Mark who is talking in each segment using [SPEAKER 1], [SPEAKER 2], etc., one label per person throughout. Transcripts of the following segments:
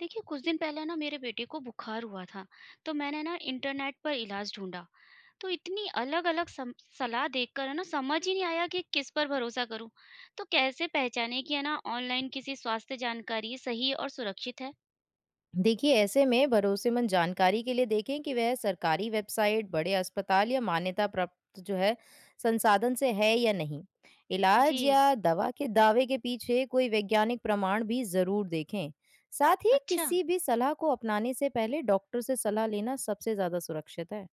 [SPEAKER 1] देखिए, कुछ दिन पहले ना मेरे बेटे को बुखार हुआ था। तो मैंने ना इंटरनेट पर इलाज ढूंढा। तो इतनी अलग अलग सलाह देखकर है ना समझ ही नहीं आया कि किस पर भरोसा करूं। तो कैसे पहचाने कि है ना ऑनलाइन किसी स्वास्थ्य जानकारी सही और सुरक्षित है?
[SPEAKER 2] देखिए ऐसे में भरोसेमंद जानकारी के लिए देखें कि वह सरकारी वेबसाइट, बड़े अस्पताल या मान्यता प्राप्त जो है संसाधन से है या नहीं।
[SPEAKER 1] जी।
[SPEAKER 2] इलाज या दवा के दावे के पीछे कोई वैज्ञानिक प्रमाण भी जरूर देखें। साथ ही
[SPEAKER 1] अच्छा।
[SPEAKER 2] किसी भी सलाह को अपनाने से पहले डॉक्टर से सलाह लेना सबसे ज्यादा सुरक्षित है।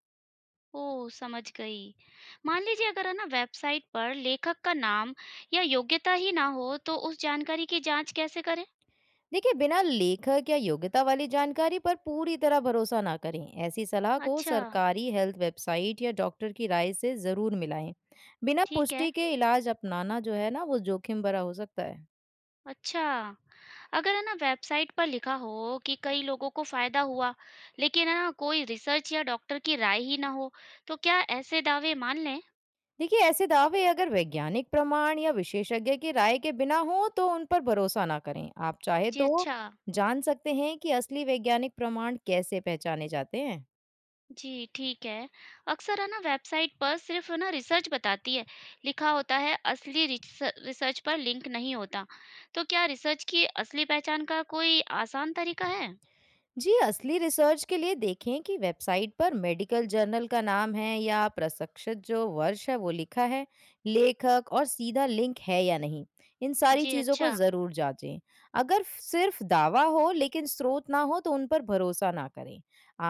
[SPEAKER 1] ओ, समझ गई। मान लीजिए, अगर है ना वेबसाइट पर लेखक का नाम या योग्यता ही ना हो तो उस जानकारी की जांच कैसे करें?
[SPEAKER 2] देखिए बिना लेखक या योग्यता वाली जानकारी पर पूरी तरह भरोसा ना करें। ऐसी सलाह को
[SPEAKER 1] अच्छा।
[SPEAKER 2] सरकारी हेल्थ वेबसाइट या डॉक्टर की राय से जरूर मिलाएं। बिना
[SPEAKER 1] ठीक है।
[SPEAKER 2] पुष्टि के इलाज अपनाना जो है ना वो जोखिम भरा हो सकता है।
[SPEAKER 1] अच्छा। अगर है ना वेबसाइट पर लिखा हो कि कई लोगों को फायदा हुआ, लेकिन है ना कोई रिसर्च या डॉक्टर की राय ही ना हो, तो क्या ऐसे दावे मान लें?
[SPEAKER 2] देखिए ऐसे दावे अगर वैज्ञानिक प्रमाण या विशेषज्ञ की राय के बिना हो तो उन पर भरोसा ना करें। आप चाहे
[SPEAKER 1] जी,
[SPEAKER 2] तो
[SPEAKER 1] अच्छा।
[SPEAKER 2] जान सकते हैं कि असली वैज्ञानिक प्रमाण कैसे पहचाने जाते हैं।
[SPEAKER 1] जी, ठीक है। अक्सर है ना वेबसाइट पर सिर्फ है ना रिसर्च बताती है, लिखा होता है असली रिसर्च पर लिंक नहीं होता। तो क्या रिसर्च की असली पहचान का कोई आसान तरीका है?
[SPEAKER 2] जी, असली रिसर्च के लिए देखें कि वेबसाइट पर मेडिकल जर्नल का नाम है या प्रशिक्षित जो वर्ष है वो लिखा है, लेखक और सीधा लिंक है या नहीं। इन सारी
[SPEAKER 1] जी,
[SPEAKER 2] चीज़ों को
[SPEAKER 1] अच्छा।
[SPEAKER 2] ज़रूर जांचें। अगर सिर्फ दावा हो लेकिन स्रोत ना हो तो उन पर भरोसा ना करें।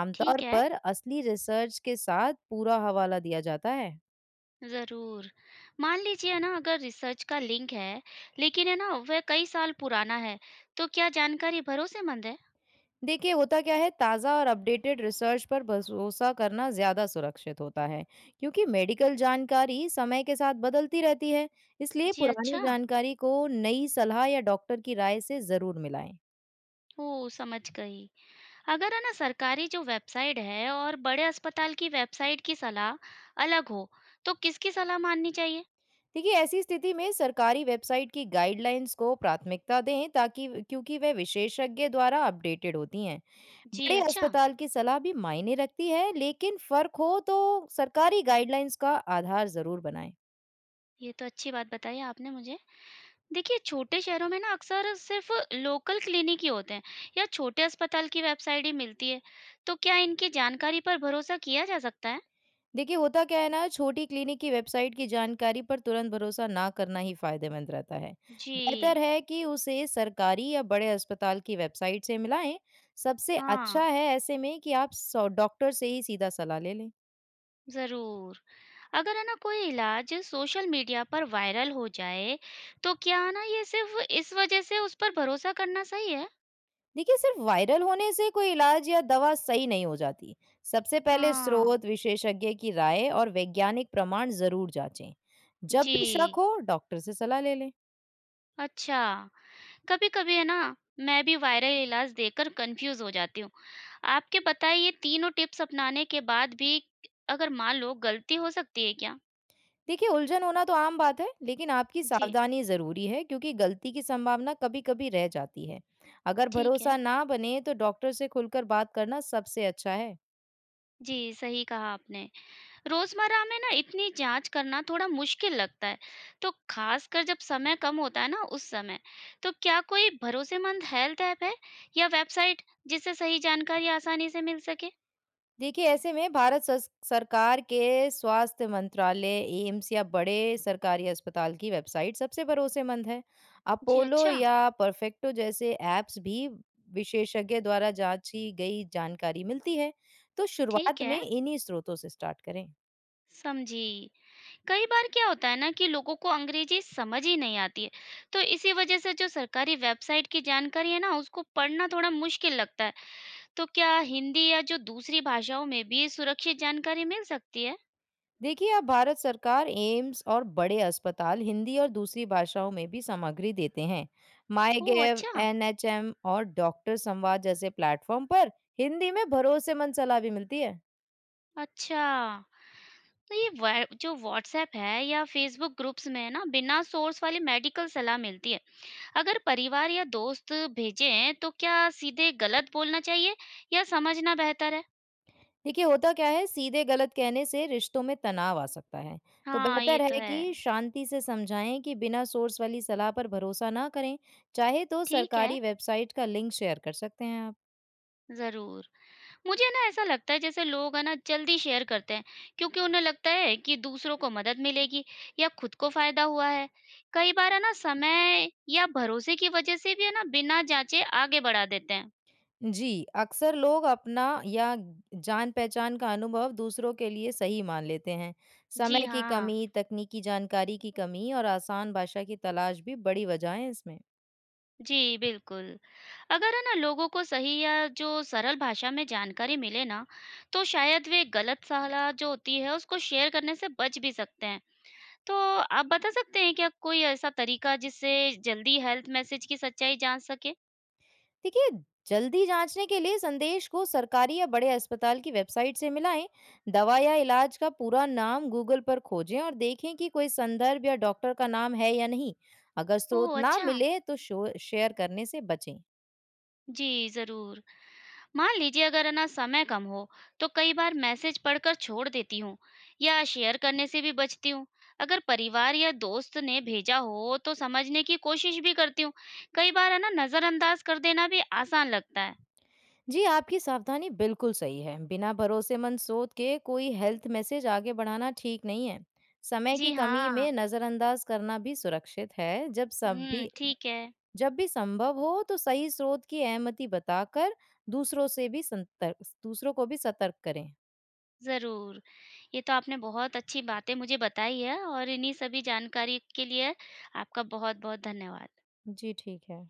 [SPEAKER 2] आमतौर
[SPEAKER 1] ठीक है।
[SPEAKER 2] पर असली रिसर्च के साथ पूरा हवाला दिया जाता है।
[SPEAKER 1] ज़रूर। मान लीजिए ना, अगर रिसर्च का लिंक है, लेकिन है ना वह कई साल पुराना है, तो क्या जानकारी भरोसेमंद है?
[SPEAKER 2] देखिए होता क्या है, ताज़ा और अपडेटेड रिसर्च पर भरोसा करना ज़्यादा सुरक्षित होता है क्योंकि मेडिकल जानकारी समय के साथ बदलती रहती है। इसलिए
[SPEAKER 1] जी,
[SPEAKER 2] पुरानी
[SPEAKER 1] अच्छा।
[SPEAKER 2] जानकारी को नई सलाह या डॉक्टर की राय से ज़रूर मिलाएं।
[SPEAKER 1] ओह! समझ गई। अगर है ना सरकारी जो वेबसाइट है और बड़े अस्पताल की वेबसाइट की सलाह अलग हो, तो किसकी सलाह माननी चाहिए?
[SPEAKER 2] देखिए ऐसी स्थिति में सरकारी वेबसाइट की गाइडलाइंस को प्राथमिकता दें ताकि क्योंकि वे विशेषज्ञ द्वारा अपडेटेड होती हैं।
[SPEAKER 1] जी,
[SPEAKER 2] बड़े
[SPEAKER 1] अच्छा।
[SPEAKER 2] अस्पताल की सलाह भी मायने रखती है, लेकिन फ़र्क हो तो सरकारी गाइडलाइंस का आधार ज़रूर बनाएं।
[SPEAKER 1] ये तो अच्छी बात बताई आपने मुझे। देखिए, छोटे शहरों में ना अक्सर सिर्फ़ लोकल क्लिनिक ही होते हैं या छोटे अस्पताल की वेबसाइट ही मिलती है। तो क्या इनकी जानकारी पर भरोसा किया जा सकता है?
[SPEAKER 2] देखिए होता क्या है ना, छोटी क्लिनिक की वेबसाइट की जानकारी पर तुरंत भरोसा ना करना ही फायदेमंद रहता है। बेहतर
[SPEAKER 1] जी,
[SPEAKER 2] है कि उसे सरकारी या बड़े अस्पताल की वेबसाइट से मिलाएं। सबसे
[SPEAKER 1] हाँ,
[SPEAKER 2] अच्छा है ऐसे में कि आप डॉक्टर से ही सीधा सलाह ले लें।
[SPEAKER 1] ज़रूर। अगर है ना कोई इलाज सोशल मीडिया पर वायरल हो जाए, तो क्या ना ये सिर्फ़ इस वज़ह से उस पर भरोसा करना सही है?
[SPEAKER 2] देखिए सिर्फ वायरल होने से कोई इलाज या दवा सही नहीं हो जाती। सबसे पहले
[SPEAKER 1] हाँ,
[SPEAKER 2] स्रोत, विशेषज्ञ की राय और वैज्ञानिक प्रमाण जरूर जांचें। जब भी शक
[SPEAKER 1] जी,
[SPEAKER 2] हो डॉक्टर से सलाह ले लें।
[SPEAKER 1] अच्छा। कभी-कभी है ना मैं भी वायरल इलाज देखकर कन्फ्यूज़ हो जाती हूँ। आपके बताए ये तीनों टिप्स अपनाने के बाद भी अगर मान लो गलती हो सकती है क्या?
[SPEAKER 2] देखिए, उलझन होना तो आम बात है, लेकिन आपकी
[SPEAKER 1] जी,
[SPEAKER 2] सावधानी ज़रूरी है क्योंकि गलती की संभावना कभी-कभी रह जाती है। अगर
[SPEAKER 1] ठीक है।
[SPEAKER 2] भरोसा ना बने तो डॉक्टर से खुलकर बात करना सबसे अच्छा है।
[SPEAKER 1] जी, सही कहा आपने। रोजमर्रा में ना इतनी जांच करना थोड़ा मुश्किल लगता है, तो खासकर जब समय कम होता है ना, उस समय तो क्या कोई भरोसेमंद हेल्थ ऐप है या वेबसाइट जिससे सही जानकारी आसानी से मिल सके?
[SPEAKER 2] देखिए, ऐसे में भारत सस सरकार के स्वास्थ्य मंत्रालय, एम्स या बड़े सरकारी अस्पताल की वेबसाइट सबसे भरोसेमंद है।
[SPEAKER 1] जी,
[SPEAKER 2] अपोलो
[SPEAKER 1] अच्छा।
[SPEAKER 2] या परफेक्टो जैसे ऐप्स भी विशेषज्ञ द्वारा जाँची गई जानकारी मिलती है, तो
[SPEAKER 1] ठीक
[SPEAKER 2] शुरुआत
[SPEAKER 1] है।
[SPEAKER 2] में इन्हीं स्रोतों से स्टार्ट करें।
[SPEAKER 1] समझी। कई बार क्या होता है ना कि लोगों को अंग्रेजी समझ ही नहीं आती है, तो इसी वजह से जो सरकारी वेबसाइट की जानकारी है ना उसको पढ़ना थोड़ा मुश्किल लगता है। तो क्या हिंदी या जो दूसरी भाषाओं में भी सुरक्षित जानकारी मिल सकती है?
[SPEAKER 2] देखिए अब भारत सरकार, एम्स और बड़े अस्पताल हिंदी और दूसरी भाषाओं में भी सामग्री देते हैं। माई
[SPEAKER 1] ओह,
[SPEAKER 2] गेव,
[SPEAKER 1] अच्छा।
[SPEAKER 2] एनएचएम और डॉक्टर संवाद जैसे प्लेटफॉर्म पर हिंदी में भरोसेमंद सलाह भी मिलती है।
[SPEAKER 1] अच्छा, तो ये व्हाय जो व्हाट्सएप है या फेसबुक ग्रुप्स में ना बिना सोर्स वाली मेडिकल सलाह मिलती है। अगर परिवार या दोस्त भेजें तो क्या सीधे गलत बोलना चाहिए या समझना बेहतर है?
[SPEAKER 2] देखिए होता क्या है, सीधे गलत कहने से रिश्तों में तनाव आ सकता है। तो
[SPEAKER 1] हाँ, ये
[SPEAKER 2] बेहतर
[SPEAKER 1] तो
[SPEAKER 2] है
[SPEAKER 1] है।
[SPEAKER 2] कि शांति से समझाएं कि बिना सोर्स वाली सलाह पर भरोसा ना करें। चाहे तो
[SPEAKER 1] ठीक है,
[SPEAKER 2] सरकारी वेबसाइट का लिंक शेयर कर सकते हैं आप।
[SPEAKER 1] ज़रूर। मुझे ना ऐसा लगता है जैसे लोग है ना जल्दी शेयर करते हैं क्योंकि उन्हें लगता है कि दूसरों को मदद मिलेगी या खुद को फायदा हुआ है। कई बार है ना समय या भरोसे की वजह से भी है ना बिना जांचे आगे बढ़ा देते हैं।
[SPEAKER 2] जी, अक्सर लोग अपना या जान-पहचान का अनुभव दूसरों के लिए सही मान लेते हैं।
[SPEAKER 1] जी,
[SPEAKER 2] समय की
[SPEAKER 1] हाँ।
[SPEAKER 2] कमी, तकनीकी जानकारी की कमी और आसान भाषा की तलाश भी बड़ी वजह है इसमें।
[SPEAKER 1] जी, बिल्कुल। अगर है ना लोगों को सही या जो सरल भाषा में जानकारी मिले ना, तो शायद वे गलत सलाह जो होती है उसको शेयर करने से बच भी सकते हैं। तो आप बता सकते हैं क्या कोई ऐसा तरीका जिससे जल्दी हेल्थ मैसेज की सच्चाई जान सके?
[SPEAKER 2] देखिए, जल्दी जाँचने के लिए संदेश को सरकारी या बड़े अस्पताल की वेबसाइट से मिलाएँ। दवा या इलाज का पूरा नाम गूगल पर खोजें और देखें कि कोई संदर्भ या डॉक्टर का नाम है या नहीं। अगर स्रोत
[SPEAKER 1] ओह,
[SPEAKER 2] ना
[SPEAKER 1] अच्छा!
[SPEAKER 2] मिले तो शो शेयर करने से बचें।
[SPEAKER 1] जी, ज़रूर। मान लीजिए, अगर है ना समय कम हो तो कई बार मैसेज पढ़कर छोड़ देती हूँ या शेयर करने से भी बचती हूँ। अगर परिवार या दोस्त ने भेजा हो तो समझने की कोशिश भी करती हूँ। कई बार है ना नजरअंदाज कर देना भी आसान लगता है।
[SPEAKER 2] जी, आपकी सावधानी बिल्कुल सही है। बिना भरोसेमंद स्रोत के कोई हेल्थ मैसेज आगे बढ़ाना ठीक नहीं है। समय की
[SPEAKER 1] जी,
[SPEAKER 2] कमी
[SPEAKER 1] हाँ।
[SPEAKER 2] में नज़रअंदाज करना भी सुरक्षित है।
[SPEAKER 1] हम्म, ठीक है।
[SPEAKER 2] जब भी संभव हो तो सही स्रोत की अहमति बताकर दूसरों से भी संतर दूसरों को भी सतर्क करें।
[SPEAKER 1] जरूर। ये तो आपने बहुत अच्छी बातें मुझे बताई है और इन्हीं सभी जानकारी के लिए आपका बहुत बहुत धन्यवाद।
[SPEAKER 2] जी, ठीक है।